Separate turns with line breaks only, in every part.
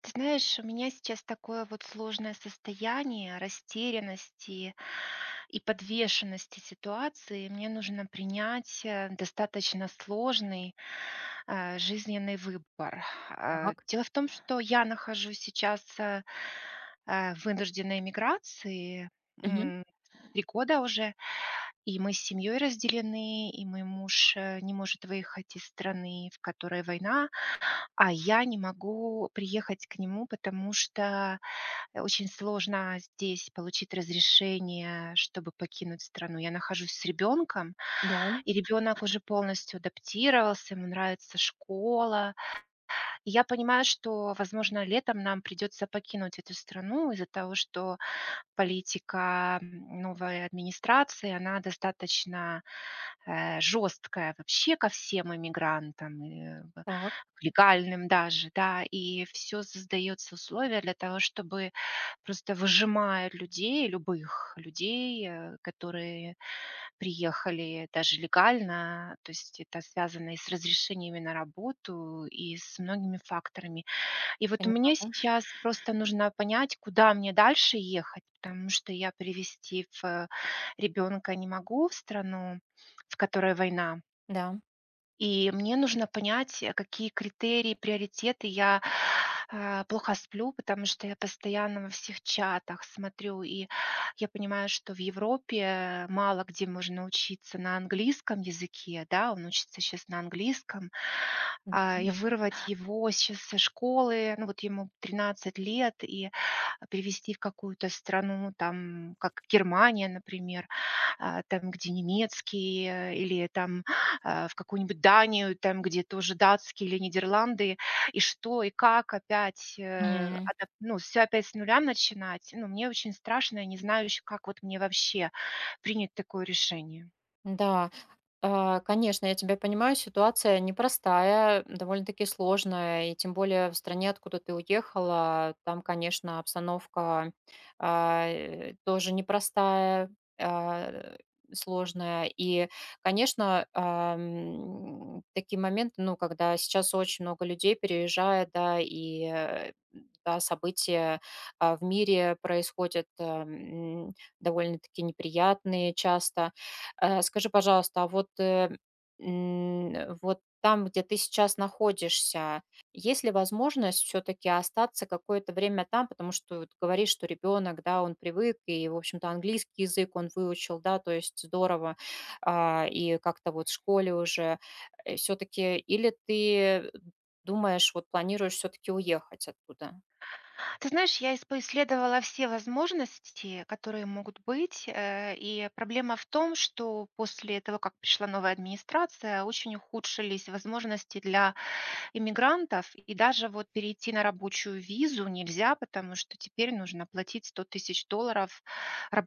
Ты знаешь, у меня сейчас такое вот сложное состояние растерянности и подвешенности ситуации. Мне нужно принять достаточно сложный жизненный выбор. А,
Так.
Дело в том, что я нахожусь сейчас в вынужденной миграции
Мгм.
м, 3 года уже, и мы с семьей разделены, и мой муж не может выехать из страны, в которой война, а я не могу приехать к нему, потому что, очень сложно здесь получить разрешение, чтобы покинуть страну. Я нахожусь с ребенком,
Да.
и ребенок уже полностью адаптировался, ему нравится школа. И я понимаю, что, возможно, летом нам придется покинуть эту страну из-за того, что политика, новой администрации, она достаточно, жесткая вообще ко всем иммигрантам, и в
Так.
к легальным даже, да. И все создается условия для того, чтобы просто выжимая людей, любых людей, которые приехали даже легально, то есть это связано и с разрешениями на работу, и с многими факторами. И вот мне
Понимаю.
сейчас просто нужно понять, куда мне дальше ехать, потому что я привезти в ребенка не могу в страну, в которой война.
Да.
И мне нужно понять, какие критерии, приоритеты. Я плохо сплю, потому что я постоянно во всех чатах смотрю, и я понимаю, что в Европе мало где можно учиться на английском языке, да, он учится сейчас на английском,
Мгм.
и вырвать его сейчас со школы, ну, вот ему 13 лет, и привести в какую-то страну, там, как Германия, например, там, где немецкий, или там в какую-нибудь Данию, там, где тоже датские или Нидерланды, и что, и как опять, э,
М.
адап ну, все опять с нуля начинать. Ну, мне очень страшно, я не знаю еще, как вот мне вообще принять такое решение.
Да. А, конечно, я тебя понимаю, ситуация непростая, довольно-таки сложная, и тем более в стране, откуда ты уехала, там, конечно, обстановка, тоже непростая, а, сложная. И, конечно, такие моменты, ну, когда сейчас очень много людей переезжает, да, и да, события в мире происходят, довольно-таки неприятные часто. Скажи, пожалуйста, а вот, вот там, где ты сейчас находишься, есть ли возможность все-таки остаться какое-то время там, потому что вот говоришь, что ребенок, да, он привык, и, в общем-то, английский язык он выучил, да, то есть здорово, и как-то вот в школе уже все-таки, или ты думаешь, вот планируешь все-таки уехать оттуда?
Ты знаешь, я ис поисследовала все возможности, которые могут быть, и проблема в том, что после того, как пришла новая администрация, очень ухудшились возможности для иммигрантов, и даже вот перейти на рабочую визу нельзя, потому что теперь нужно платить 100 тысяч долларов.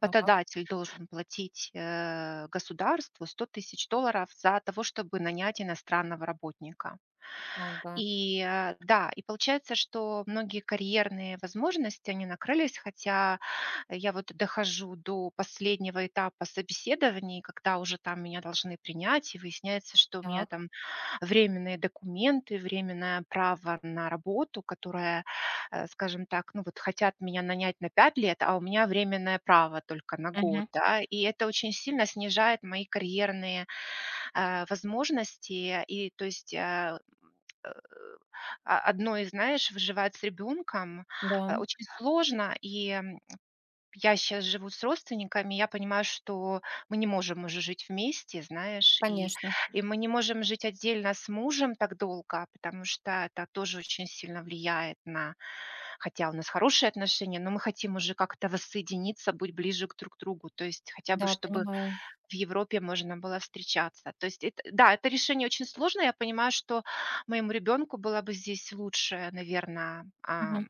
Так,
должен платить государству 100 тысяч долларов за того, чтобы нанять иностранного работника.
ага,
Да, и получается, что многие карьерные возможности, они накрылись, хотя я вот дохожу до последнего этапа собеседований, когда уже там меня должны принять, и выясняется, что у меня
так.
там временные документы, временное право на работу, которое, скажем так, ну вот хотят меня нанять на 5 лет, а у меня временное право только на год,
Мгм.
да, и это очень сильно снижает мои карьерные, возможности. И то есть, э, э, а одной, знаешь, выживать с ребенком,
Да,
очень сложно. И я сейчас живу с родственниками, я понимаю, что мы не можем уже жить вместе, знаешь, и
конечно,
и мы не можем жить отдельно с мужем так долго, потому что это тоже очень сильно влияет на хотя у нас хорошие отношения, но мы хотим уже как-то воссоединиться, быть ближе к друг другу, то есть хотя бы
да,
чтобы
понимаю.
в Европе можно было встречаться. То есть это да, это решение очень сложное. Я понимаю, что моему ребенку была бы здесь лучшая, наверное,
Мгм.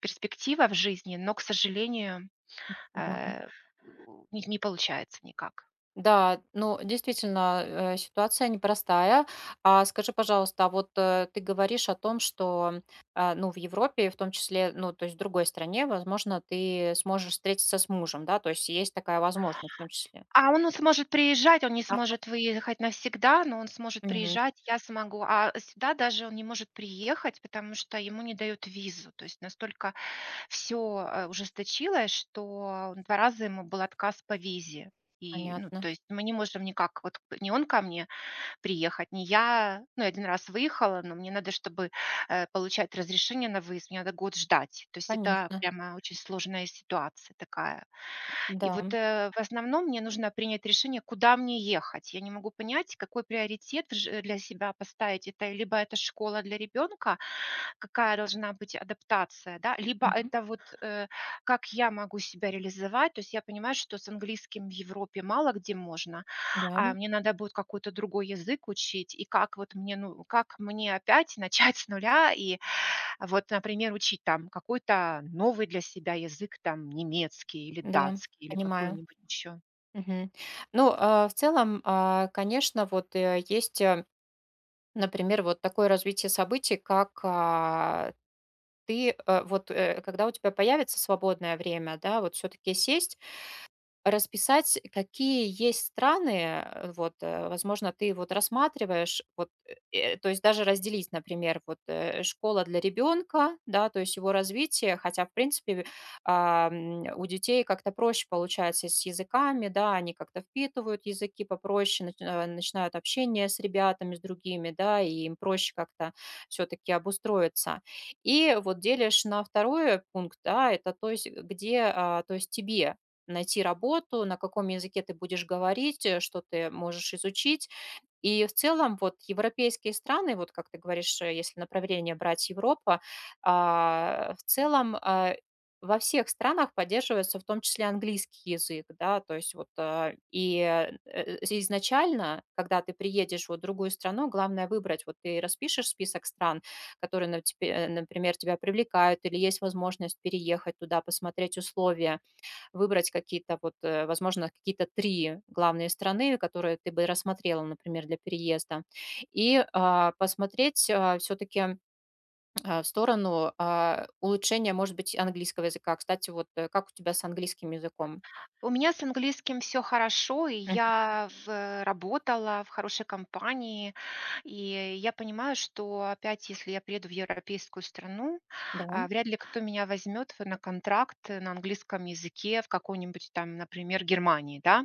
перспектива в жизни, но, к сожалению,
Да.
Э, у них не получается никак.
Да, ну, действительно, ситуация непростая. А скажи, пожалуйста, а вот ты говоришь о том, что, ну, в Европе, в том числе, ну, то есть в другой стране, возможно, ты сможешь встретиться с мужем, да, то есть есть такая возможность в том числе.
А он, ну, сможет приезжать, он не
Ага.
сможет выехать навсегда, но он сможет
Мгм.
приезжать, я смогу. А сюда даже он не может приехать, потому что ему не дают визу. То есть настолько все ужесточилось, что 2 раза ему был отказ по визе. И, ну,
Понятно,
то есть мы не можем никак, вот не он ко мне, приехать, не я. Ну, я 1 раз выехала, но мне надо, чтобы, получать разрешение на выезд, мне надо год ждать. То есть это
конечно,
прямо очень сложная ситуация такая.
да.
В основном мне нужно принять решение, куда мне ехать. Я не могу понять, какой приоритет в жи для себя поставить. Это либо это школа для ребенка, какая должна быть адаптация, да, либо
Мгм.
это вот, как я могу себя реализовать. То есть я понимаю, что с английским в Европе мало где можно,
Да,
а мне надо будет какой-то другой язык учить. И как вот мне, ну, как мне опять начать с нуля и вот, например, учить там какой-то новый для себя язык, там немецкий или
да,
датский или
понимаю.
какой-нибудь еще.
Мгм. Ну, в целом, конечно, вот есть, например, вот такое развитие событий. Ты, вот, когда у тебя появится свободное время, да, вот все таки сесть расписать, какие есть страны, вот, возможно, ты вот рассматриваешь, вот, то есть даже разделить, например, вот, школа для ребенка, да, то есть его развитие, хотя, в принципе, у детей как-то проще получается с языками, да, они как-то впитывают языки попроще, начинают общение с ребятами, с другими, да, и им проще как-то все-таки обустроиться. И вот делишь на второй пункт, да, это то есть где, то есть тебе найти работу, на каком языке ты будешь говорить, что ты можешь изучить. И в целом вот европейские страны, вот как ты говоришь, если направление брать Европа, в целом во всех странах поддерживается в том числе английский язык, да, то есть вот и изначально, когда ты приедешь вот в другую страну, главное выбрать, вот ты распишешь список стран, которые, например, тебя привлекают, или есть возможность переехать туда, посмотреть условия, выбрать какие-то вот, возможно, какие-то 3 главные страны, которые ты бы рассмотрела, например, для переезда. И, посмотреть, все таки в сторону, улучшения, может быть, английского языка. Кстати, вот, как у тебя с английским языком?
У меня с английским все хорошо, и
Мгм.
я в работала в хорошей компании. И я понимаю, что опять, если я приеду в европейскую страну,
Да,
вряд ли кто меня возьмет на контракт на английском языке в какой-нибудь там, например, Германии, да.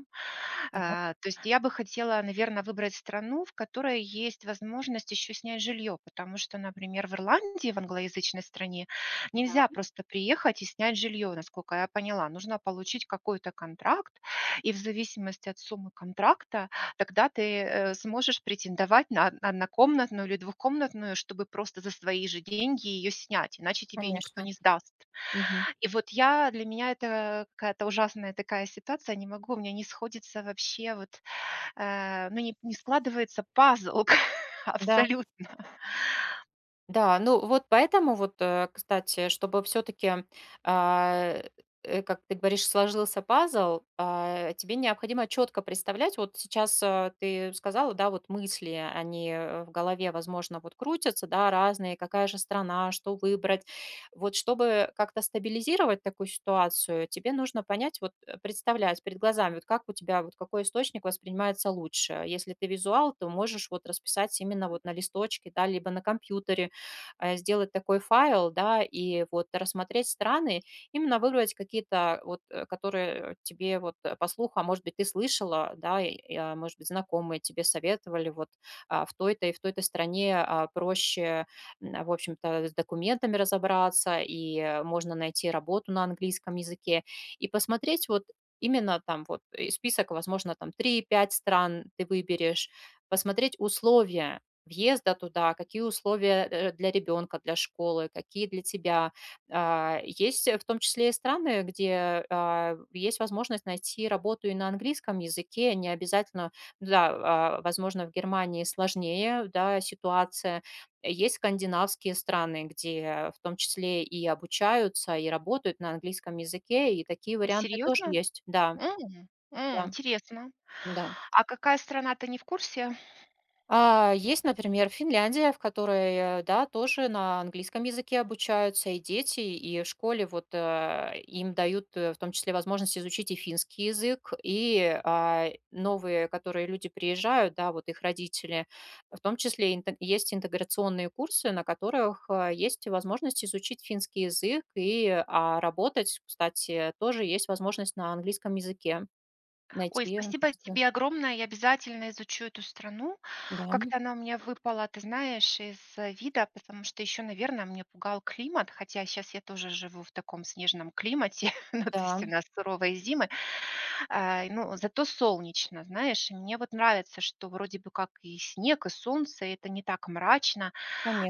так,
То есть я бы хотела, наверное, выбрать страну, в которой есть возможность еще снять жилье, потому что, например, в Ирландии, в англоязычной стране, нельзя
да,
просто приехать и снять жилье, насколько я поняла. Нужно получить какой-то контракт, и в зависимости от суммы контракта тогда ты, сможешь претендовать на од однокомнатную или двухкомнатную, чтобы просто за свои же деньги ее снять, иначе тебе никто
конечно.
не сдаст.
Мгм.
И вот я для меня это какая-то ужасная такая ситуация. Не могу, у меня не сходится вообще вот, ну, не складывается пазл
Да.
абсолютно.
Да, ну вот поэтому вот, кстати, чтобы все таки как ты говоришь, сложился пазл, тебе необходимо четко представлять. Вот сейчас, ты сказала, да, вот мысли, они, в голове, возможно, вот крутятся, да, разные, какая же страна, что выбрать. Вот чтобы как-то стабилизировать такую ситуацию, тебе нужно понять, вот, представлять перед глазами, вот как у тебя, вот какой источник воспринимается лучше. Если ты визуал, то можешь вот расписать именно вот на листочке, да, либо на компьютере, сделать такой файл, да, и вот рассмотреть страны, именно выбрать какие-то вот, которые тебе вот по слуху, а может быть, ты слышала, да, и, может быть, знакомые тебе советовали вот в той-то и в той-то стране проще, в общем-то, с документами разобраться, и можно найти работу на английском языке, и посмотреть вот именно там вот список, возможно, там три-пять стран ты выберешь, посмотреть условия въезда туда, какие условия, для ребенка, для школы, какие для тебя. Есть, в том числе и страны, где, есть возможность найти работу и на английском языке, не обязательно, ну да, возможно, в Германии сложнее, да, ситуация. Есть скандинавские страны, где в том числе и обучаются, и работают на английском языке, и такие варианты тоже
Серьезно?
есть. Да, да,
Интересно.
да.
А какая страна, ты не в курсе?
Есть, например, Финляндия, в которой, да, тоже на английском языке обучаются и дети, и в школе вот им дают, в том числе, возможность изучить и финский язык, и новые, которые люди приезжают, да, вот их родители, в том числе есть интеграционные курсы, на которых есть возможность изучить финский язык и работать, кстати, тоже есть возможность на английском языке
Ой,
найти.
спасибо
э,
тебе огромное, я обязательно изучу эту страну.
Да,
Как-то она у меня выпала, ты знаешь, из вида, потому что еще, наверное, меня пугал климат, хотя сейчас я тоже живу в таком снежном климате, ну, то есть
да,
у нас суровые зимы. Ну, зато солнечно, знаешь, и мне вот нравится, что вроде бы как и снег, и солнце, и это не так мрачно.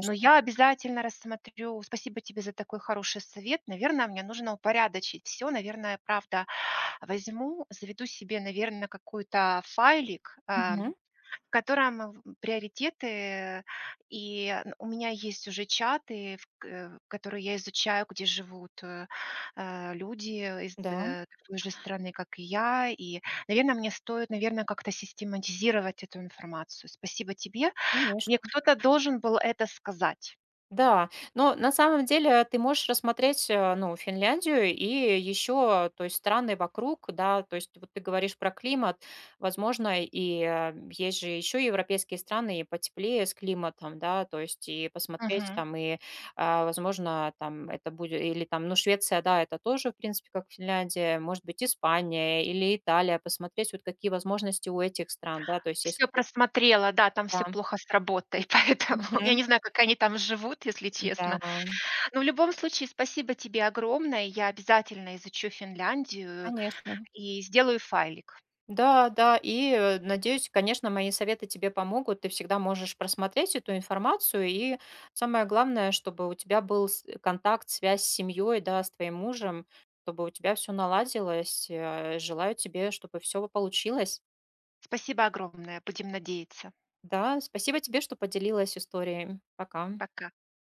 Но я обязательно рассмотрю. Спасибо тебе за такой хороший совет. Наверное, мне нужно упорядочить все. Наверное, правда, возьму, заведу себе, наверное, какой-то файлик, в котором в приоритеты. И н у меня есть уже чаты, которые я изучаю, где живут, люди из,
Да,
э, той же страны, как и я. И, наверное, мне стоит, наверное, как-то систематизировать эту информацию. Спасибо тебе. Мне
конечно.
кто-то должен был это сказать.
Да, но на самом деле ты можешь рассмотреть, ну, Финляндию и еще, то есть, страны вокруг, да, то есть, вот ты говоришь про климат, возможно, и есть же еще европейские страны и потеплее с климатом, да, то есть, и посмотреть
Мгм.
там, и, возможно, там это будет, или там, ну, Швеция, да, это тоже, в принципе, как Финляндия, может быть, Испания или Италия, посмотреть вот какие возможности у этих стран, да, то есть, если
Всё
ты-.
просмотрела, да, там все
Да.
плохо с работой, поэтому я
Мгм.
не знаю, как они там живут, если
Да.
честно. Но в любом случае спасибо тебе огромное. Я обязательно изучу Финляндию
Конечно.
и сделаю файлик.
Да, да. И, надеюсь, конечно, мои советы тебе помогут. Ты всегда можешь просмотреть эту информацию. И самое главное, чтобы у тебя был контакт, связь с семьей, да, с твоим мужем, чтобы у тебя все наладилось. Желаю тебе, чтобы все получилось.
Спасибо огромное. Будем надеяться.
Да, спасибо тебе, что поделилась историей. Пока.
Пока.